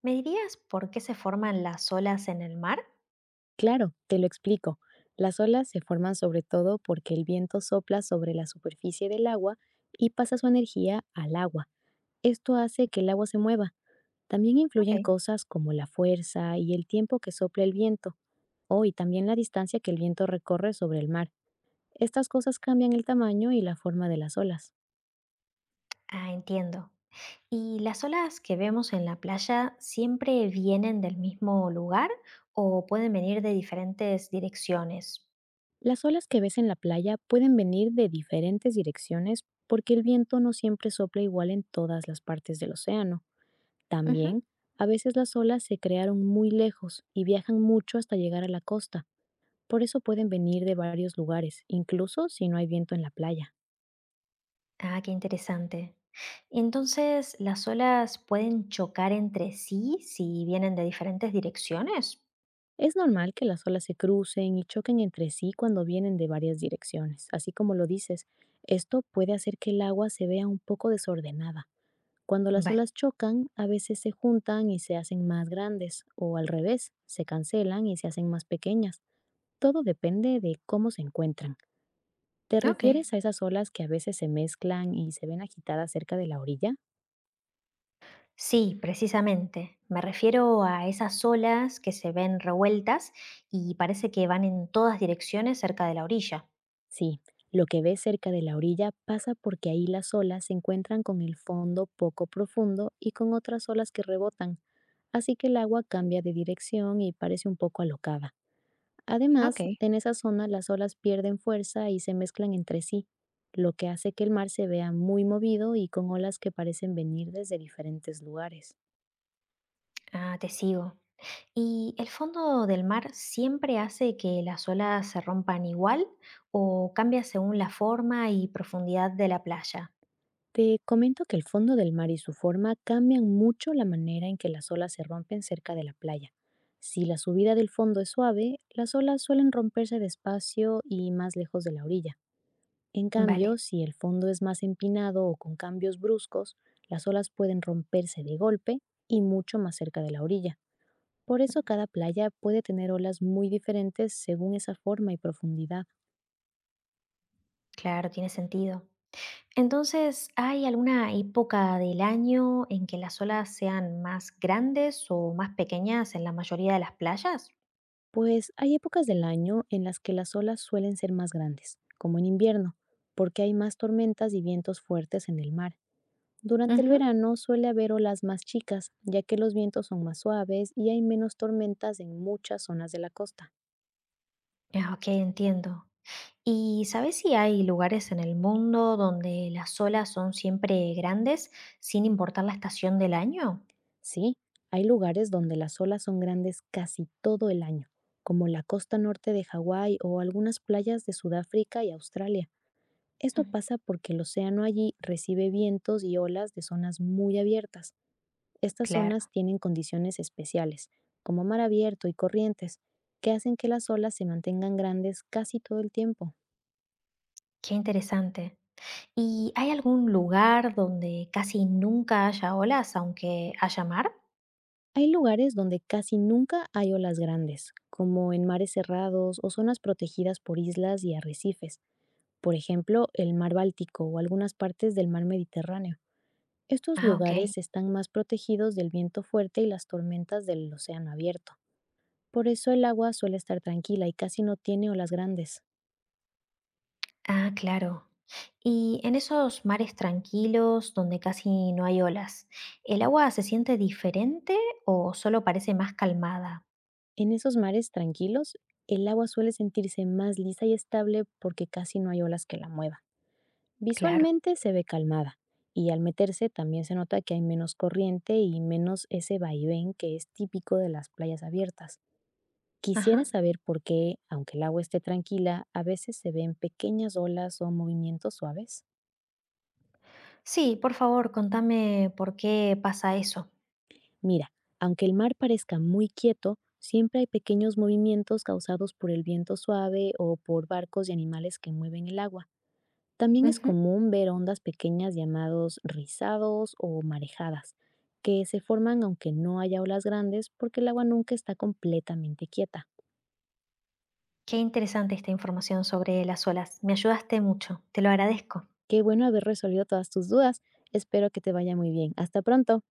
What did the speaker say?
¿Me dirías por qué se forman las olas en el mar? Claro, te lo explico. Las olas se forman sobre todo porque el viento sopla sobre la superficie del agua y pasa su energía al agua. Esto hace que el agua se mueva. También Ok. influyen cosas como la fuerza y el tiempo que sopla el viento, o y también la distancia que el viento recorre sobre el mar. Estas cosas cambian el tamaño y la forma de las olas. Ah, entiendo. ¿Y las olas que vemos en la playa siempre vienen del mismo lugar o pueden venir de diferentes direcciones? Las olas que ves en la playa pueden venir de diferentes direcciones porque el viento no siempre sopla igual en todas las partes del océano. Ujú. También, a veces las olas se crearon muy lejos y viajan mucho hasta llegar a la costa, por eso pueden venir de varios lugares, incluso si no hay viento en la playa. Ah, qué interesante. Entonces, ¿las olas pueden chocar entre sí si vienen de diferentes direcciones? Es normal que las olas se crucen y choquen entre sí cuando vienen de varias direcciones, así como lo dices, esto puede hacer que el agua se vea un poco desordenada. Cuando las Vale, olas chocan, a veces se juntan y se hacen más grandes, o al revés, se cancelan y se hacen más pequeñas. Todo depende de cómo se encuentran. ¿Te ok. refieres a esas olas que a veces se mezclan y se ven agitadas cerca de la orilla? Sí, precisamente. Me refiero a esas olas que se ven revueltas y parece que van en todas direcciones cerca de la orilla. Sí, lo que ves cerca de la orilla pasa porque ahí las olas se encuentran con el fondo poco profundo y con otras olas que rebotan, así que el agua cambia de dirección y parece un poco alocada. Ok. Además, en esa zona las olas pierden fuerza y se mezclan entre sí, lo que hace que el mar se vea muy movido y con olas que parecen venir desde diferentes lugares. Ah, te sigo. ¿Y el fondo del mar siempre hace que las olas se rompan igual o cambia según la forma y profundidad de la playa? Te comento que el fondo del mar y su forma cambian mucho la manera en que las olas se rompen cerca de la playa. Si la subida del fondo es suave, las olas suelen romperse despacio y más lejos de la orilla. En cambio, Vale, si el fondo es más empinado o con cambios bruscos, las olas pueden romperse de golpe y mucho más cerca de la orilla. Por eso cada playa puede tener olas muy diferentes según esa forma y profundidad. claro, tiene sentido. Entonces, ¿hay alguna época del año en que las olas sean más grandes o más pequeñas en la mayoría de las playas? Pues hay épocas del año en las que las olas suelen ser más grandes, como en invierno, porque hay más tormentas y vientos fuertes en el mar. Durante el Ujú. verano suele haber olas más chicas, ya que los vientos son más suaves y hay menos tormentas en muchas zonas de la costa. Ah, ok, entiendo. ¿Y sabes si hay lugares en el mundo donde las olas son siempre grandes sin importar la estación del año? Sí, hay lugares donde las olas son grandes casi todo el año, como la costa norte de Hawái o algunas playas de Sudáfrica y Australia. Esto Hmm. pasa porque el océano allí recibe vientos y olas de zonas muy abiertas. Estas zonas Claro, tienen condiciones especiales, como mar abierto y corrientes, que hacen que las olas se mantengan grandes casi todo el tiempo. qué interesante. ¿Y hay algún lugar donde casi nunca haya olas, aunque haya mar? Hay lugares donde casi nunca hay olas grandes, como en mares cerrados o zonas protegidas por islas y arrecifes, por ejemplo, el mar Báltico o algunas partes del mar Mediterráneo. Estos Ah, ok. lugares están más protegidos del viento fuerte y las tormentas del océano abierto. Por eso el agua suele estar tranquila y casi no tiene olas grandes. Ah, claro. Y en esos mares tranquilos donde casi no hay olas, ¿el agua se siente diferente o solo parece más calmada? En esos mares tranquilos, el agua suele sentirse más lisa y estable porque casi no hay olas que la muevan. Claro. Visualmente se ve calmada y al meterse también se nota que hay menos corriente y menos ese vaivén que es típico de las playas abiertas. Quisiera Ajá. saber por qué, aunque el agua esté tranquila, a veces se ven pequeñas olas o movimientos suaves. Sí, por favor, contame por qué pasa eso. Mira, aunque el mar parezca muy quieto, siempre hay pequeños movimientos causados por el viento suave o por barcos y animales que mueven el agua. También es Ujú. común ver ondas pequeñas llamados rizados o marejadas, que se forman aunque no haya olas grandes porque el agua nunca está completamente quieta. Qué interesante esta información sobre las olas. Me ayudaste mucho, te lo agradezco. Qué bueno haber resolvido todas tus dudas. Espero que te vaya muy bien. Hasta pronto.